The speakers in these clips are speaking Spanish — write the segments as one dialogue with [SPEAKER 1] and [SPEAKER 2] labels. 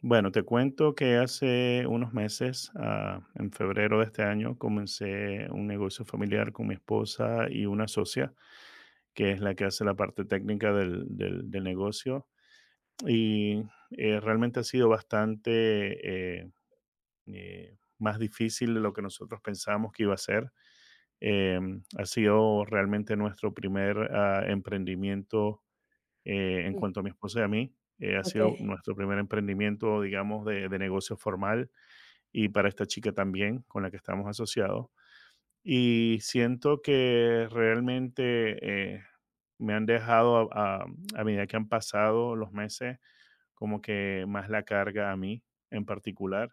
[SPEAKER 1] Bueno, te cuento que hace unos meses, en febrero de este año, comencé un negocio familiar con mi esposa y una socia, que es la que hace la parte técnica del negocio. Y realmente ha sido bastante más difícil de lo que nosotros pensamos que iba a ser. Eh, Ha sido realmente nuestro primer emprendimiento en
[SPEAKER 2] Mm,
[SPEAKER 1] cuanto a mi esposa y a mí. Ha sido
[SPEAKER 2] okey.
[SPEAKER 1] nuestro primer emprendimiento, digamos, de negocio formal y para esta chica también con la que estamos asociados. Y siento que realmente me han dejado a medida que han pasado los meses como que más la carga a mí en particular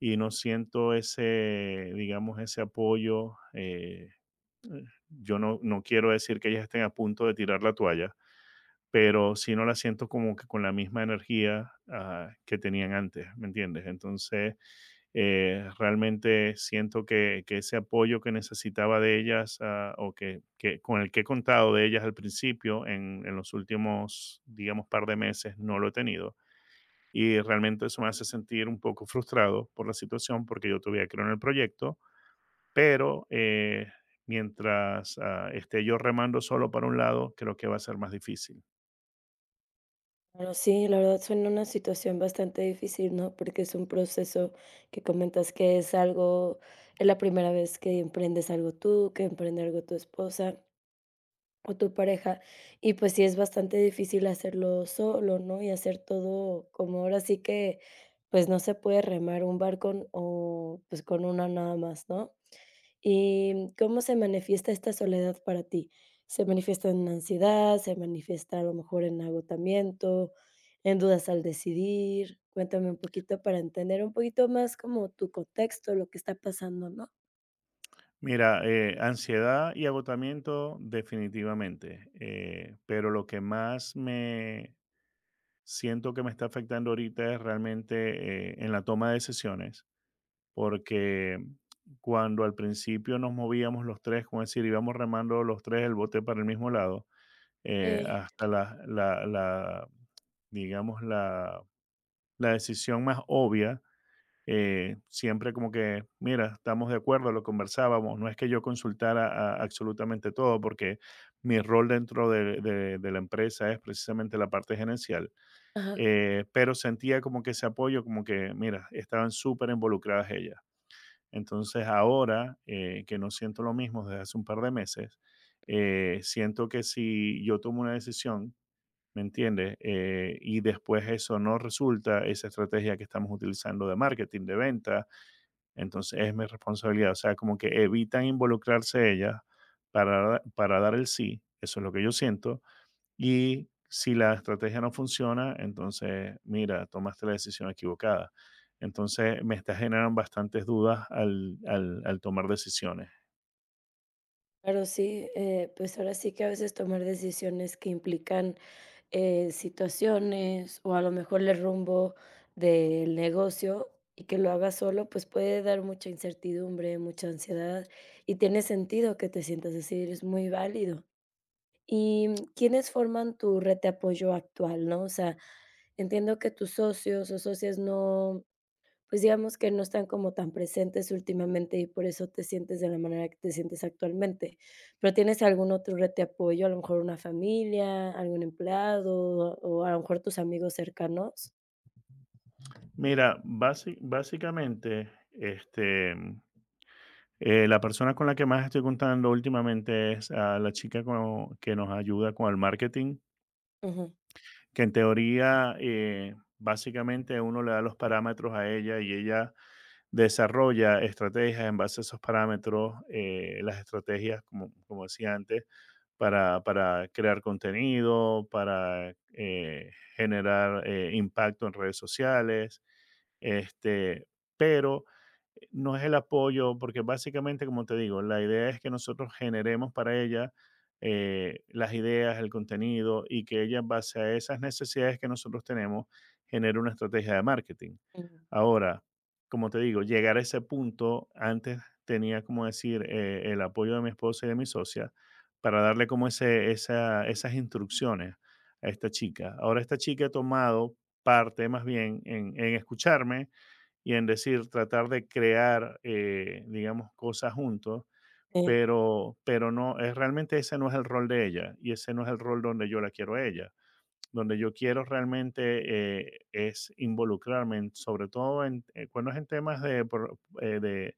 [SPEAKER 1] y no siento ese, digamos, ese apoyo. Yo no quiero decir que ellas estén a punto de tirar la toalla, pero sí no la siento como que con la misma energía que tenían antes, ¿me entiendes? Entonces realmente siento que ese apoyo que necesitaba de ellas o que con el que he contado de ellas al principio en los últimos, digamos, par de meses no lo he tenido. Y realmente eso me hace sentir un poco frustrado por la situación porque yo todavía creo en el proyecto, pero mientras esté yo remando solo para un lado, creo que va a ser más difícil.
[SPEAKER 2] Bueno, sí, la verdad suena una situación bastante difícil, ¿no? Porque es un proceso que comentas que es algo, es la primera vez que emprendes algo tú, que emprende algo tu esposa o tu pareja, y pues sí es bastante difícil hacerlo solo, ¿no? Y hacer todo como ahora sí que, pues no se puede remar un barco o pues con una nada más, ¿no? ¿Y cómo se manifiesta esta soledad para ti? ¿Se manifiesta en ansiedad? ¿Se manifiesta a lo mejor en agotamiento, en dudas al decidir? Cuéntame un poquito para entender un poquito más como tu contexto, lo que está pasando, ¿no?
[SPEAKER 1] Mira, ansiedad y agotamiento definitivamente, pero lo que más me, siento que me está afectando ahorita es realmente en la toma de decisiones, porque cuando al principio nos movíamos los tres, como decir, íbamos remando los tres el bote para el mismo lado,
[SPEAKER 2] Ey.
[SPEAKER 1] hasta digamos, la decisión más obvia, siempre como que, mira, estamos de acuerdo, lo conversábamos, no es que yo consultara absolutamente todo, porque mi rol dentro de de la empresa es precisamente la parte gerencial,
[SPEAKER 2] Ajá.
[SPEAKER 1] pero sentía como que ese apoyo, como que, mira, estaban súper involucradas ellas. Entonces ahora que no siento lo mismo desde hace un par de meses, siento que si yo tomo una decisión, ¿me entiendes? Y después eso no resulta, esa estrategia que estamos utilizando de marketing, de venta, entonces es mi responsabilidad. O sea, como que evitan involucrarse ellas para dar el sí, eso es lo que yo siento, y si la estrategia no funciona, entonces, mira, tomaste la decisión equivocada. Entonces, me está generando bastantes dudas al tomar decisiones.
[SPEAKER 2] Claro, sí, pues ahora sí que a veces tomar decisiones que implican situaciones o a lo mejor el rumbo del negocio y que lo hagas solo, pues puede dar mucha incertidumbre, mucha ansiedad y tiene sentido que te sientas así, es muy válido. ¿Y mm, quiénes forman tu red de apoyo actual, no? O sea, entiendo que tus socios o socias no, pues digamos que no están como tan presentes últimamente y por eso te sientes de la manera que te sientes actualmente. Pero, ¿tienes algún otro red de apoyo? A lo mejor una familia, algún empleado o a lo mejor tus amigos cercanos.
[SPEAKER 1] Mira, básicamente, este, la persona con la que más estoy contando últimamente es a la chica que nos ayuda con el marketing,
[SPEAKER 2] Ujú,
[SPEAKER 1] que en teoría, básicamente uno le da los parámetros a ella y ella desarrolla estrategias en base a esos parámetros, las estrategias, como, como decía antes, para crear contenido, para generar impacto en redes sociales, este, pero no es el apoyo, porque básicamente, como te digo, la idea es que nosotros generemos para ella las ideas, el contenido y que ella, en base a esas necesidades que nosotros tenemos, genere una estrategia de marketing.
[SPEAKER 2] ujú,
[SPEAKER 1] Ahora, como te digo, llegar a ese punto, antes tenía, como decir, el apoyo de mi esposa y de mi socia para darle como ese, esas instrucciones a esta chica. Ahora esta chica ha tomado parte más bien en escucharme y en decir, tratar de crear, digamos, cosas juntos,
[SPEAKER 2] sí,
[SPEAKER 1] pero no, es realmente ese no es el rol de ella y ese no es el rol donde yo la quiero a ella. Donde yo quiero realmente es involucrarme, sobre todo en, cuando es en temas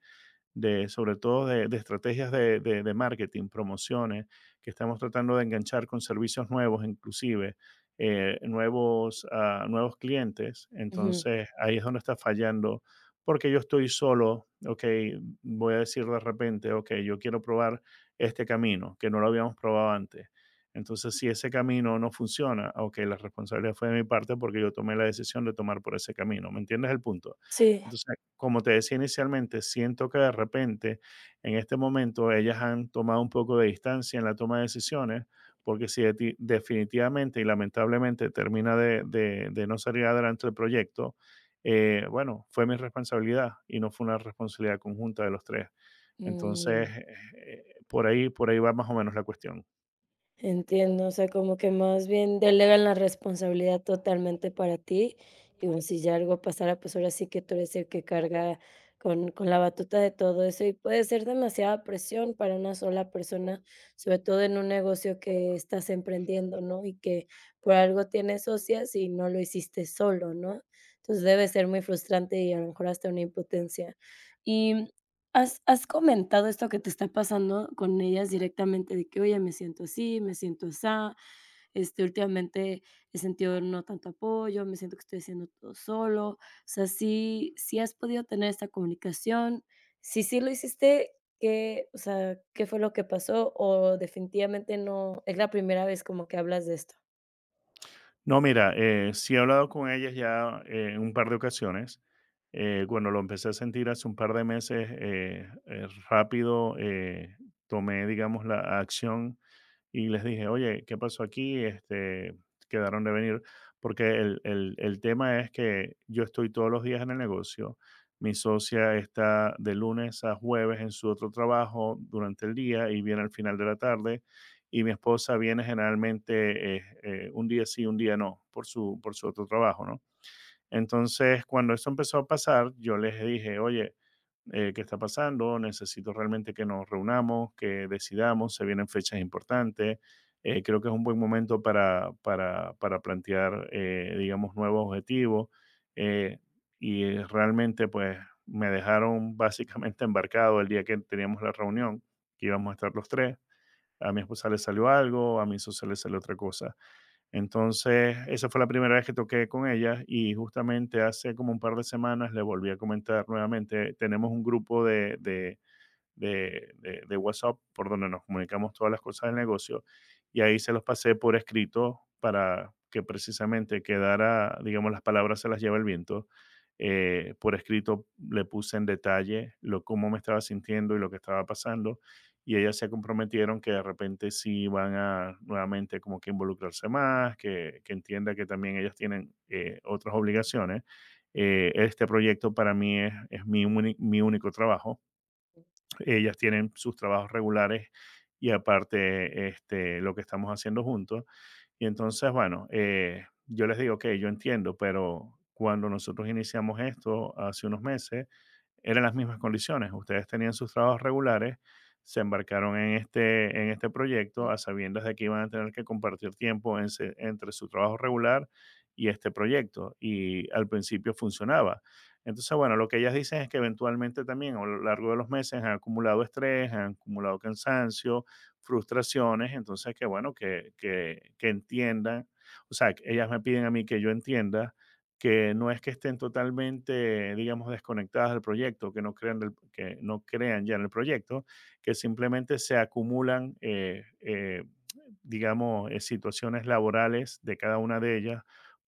[SPEAKER 1] de sobre todo de estrategias de marketing, promociones, que estamos tratando de enganchar con servicios nuevos, inclusive nuevos, nuevos clientes.
[SPEAKER 2] ujú,
[SPEAKER 1] Entonces ahí es donde está fallando, porque yo estoy solo, ok, voy a decir de repente, ok, yo quiero probar este camino, que no lo habíamos probado antes. Entonces, si ese camino no funciona, ok, la responsabilidad fue de mi parte porque yo tomé la decisión de tomar por ese camino. ¿Me entiendes el punto?
[SPEAKER 2] sí,
[SPEAKER 1] Entonces, como te decía inicialmente, siento que de repente en este momento ellas han tomado un poco de distancia en la toma de decisiones, porque si definitivamente y lamentablemente termina de no salir adelante el proyecto, bueno, fue mi responsabilidad y no fue una responsabilidad conjunta de los tres. Entonces,
[SPEAKER 2] mm.
[SPEAKER 1] por ahí va más o menos la cuestión.
[SPEAKER 2] Entiendo, o sea, como que más bien delegan la responsabilidad totalmente para ti, y bueno, si ya algo pasara, pues ahora sí que tú eres el que carga con la batuta de todo eso, y puede ser demasiada presión para una sola persona, sobre todo en un negocio que estás emprendiendo, ¿no? Y que por algo tienes socias y no lo hiciste solo, ¿no? Entonces, debe ser muy frustrante y a lo mejor hasta una impotencia. Y has comentado esto que te está pasando con ellas directamente? De que: "Oye, me siento así, me siento asá, este, últimamente he sentido no tanto apoyo, me siento que estoy haciendo todo solo". O sea, ¿sí has podido tener esta comunicación? Si sí lo hiciste, ¿qué, o sea, qué fue lo que pasó? O definitivamente no, es la primera vez como que hablas de esto.
[SPEAKER 1] No, mira, sí he hablado con ellas ya en un par de ocasiones. Bueno, lo empecé a sentir hace un par de meses, rápido, tomé, digamos, la acción y les dije, oye, ¿qué pasó aquí? Este, quedaron de venir, porque el tema es que yo estoy todos los días en el negocio, mi socia está de lunes a jueves en su otro trabajo durante el día y viene al final de la tarde, y mi esposa viene generalmente un día sí, un día no, por por su otro trabajo, ¿no? Entonces, cuando eso empezó a pasar, yo les dije, oye, ¿qué está pasando? Necesito realmente que nos reunamos, que decidamos, se vienen fechas importantes. Creo que es un buen momento para plantear, digamos, nuevos objetivos. eh, Realmente, pues, me dejaron básicamente embarcado el día que teníamos la reunión, que íbamos a estar los tres. A mi esposa le salió algo, a mi socio le salió otra cosa. Entonces, esa fue la primera vez que toqué con ella y justamente hace como un par de semanas le volví a comentar nuevamente. Tenemos un grupo de WhatsApp por donde nos comunicamos todas las cosas del negocio y ahí se los pasé por escrito para que precisamente quedara, digamos, las palabras se las lleva el viento. Por escrito le puse en detalle lo cómo me estaba sintiendo y lo que estaba pasando y ellas se comprometieron que de repente sí van a nuevamente como que involucrarse más, que entienda que también ellas tienen otras obligaciones. Este proyecto para mí es mi, mi único trabajo, ellas tienen sus trabajos regulares y aparte este, lo que estamos haciendo juntos. Y entonces, bueno, yo les digo, ok, yo entiendo, pero cuando nosotros iniciamos esto hace unos meses, eran las mismas condiciones. Ustedes tenían sus trabajos regulares, se embarcaron en este proyecto a sabiendas de que iban a tener que compartir tiempo entre su trabajo regular y este proyecto. Y al principio funcionaba. Entonces, bueno, lo que ellas dicen es que eventualmente también a lo largo de los meses han acumulado estrés, han acumulado cansancio, frustraciones, entonces que bueno, que entiendan, o sea, que ellas me piden a mí que yo entienda que no es que estén totalmente, digamos, desconectadas del proyecto, que no crean, que no crean ya en el proyecto, que simplemente se acumulan, digamos, situaciones laborales de cada una de ellas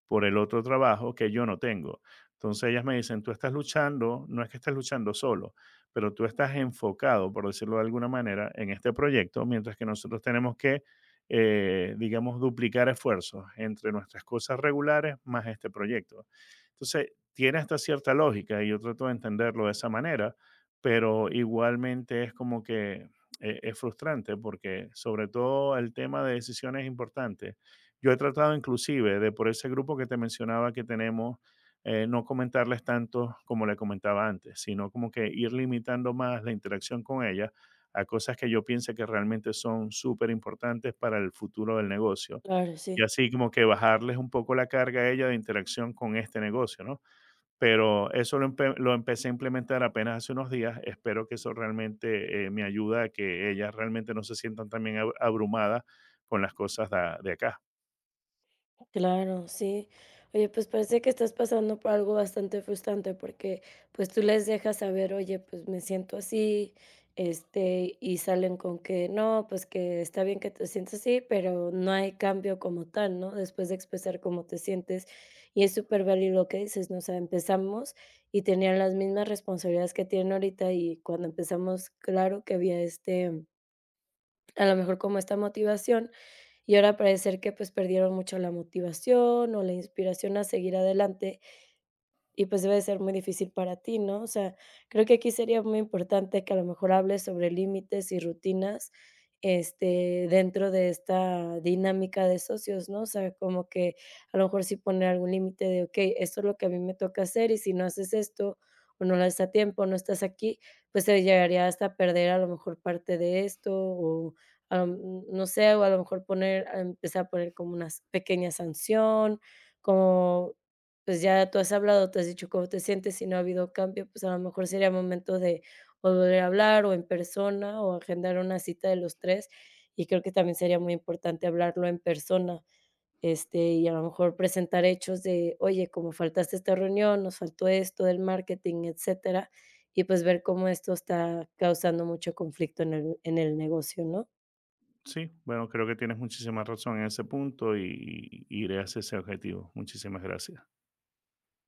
[SPEAKER 1] por el otro trabajo que yo no tengo. Entonces ellas me dicen, tú estás luchando, no es que estás luchando solo, pero tú estás enfocado, por decirlo de alguna manera, en este proyecto, mientras que nosotros tenemos que, digamos, duplicar esfuerzos entre nuestras cosas regulares más este proyecto. Entonces, tiene hasta cierta lógica y yo trato de entenderlo de esa manera, pero igualmente es como que es frustrante porque sobre todo el tema de decisiones es importante. Yo he tratado inclusive de por ese grupo que te mencionaba que tenemos no comentarles tanto como le comentaba antes, sino como que ir limitando más la interacción con ella a cosas que yo piense que realmente son súper importantes para el futuro del negocio.
[SPEAKER 2] Claro,
[SPEAKER 1] Y
[SPEAKER 2] sí,
[SPEAKER 1] así como que bajarles un poco la carga a ella de interacción con este negocio, ¿no? Pero eso lo, lo empecé a implementar apenas hace unos días. Espero que eso realmente me ayuda a que ellas realmente no se sientan también abrumadas con las cosas de acá.
[SPEAKER 2] claro, sí. Oye, pues parece que estás pasando por algo bastante frustrante porque pues tú les dejas saber, oye, pues me siento así, este, y salen con que no, pues que está bien que te sientas así, pero no hay cambio como tal, ¿no? Después de expresar cómo te sientes. Y es súper válido lo que dices, ¿no? O sea, empezamos y tenían las mismas responsabilidades que tienen ahorita y cuando empezamos, claro que había este, a lo mejor como esta motivación. Y ahora parece ser que, pues, perdieron mucho la motivación o la inspiración a seguir adelante, y pues debe de ser muy difícil para ti, ¿no? O sea, creo que aquí sería muy importante que a lo mejor hables sobre límites y rutinas, este, dentro de esta dinámica de socios, ¿no? O sea, como que a lo mejor sí poner algún límite de, ok, esto es lo que a mí me toca hacer y si no haces esto o no lo haces a tiempo, no estás aquí, pues se llegaría hasta perder a lo mejor parte de esto o, am, no sé, o a lo mejor poner a empezar a poner como una s- pequeña sanción, como pues ya tú has hablado, te has dicho cómo te sientes, si no ha habido cambio, pues a lo mejor sería momento de o volver a hablar o en persona o agendar una cita de los 3. Y creo que también sería muy importante hablarlo en persona, este, y a lo mejor presentar hechos de: "Oye, como faltaste a esta reunión, nos faltó esto del marketing", etcétera, y pues ver cómo esto está causando mucho conflicto en el negocio, ¿no?
[SPEAKER 1] Sí, bueno, creo que tienes muchísima razón en ese punto y iré hacia ese objetivo. Muchísimas gracias.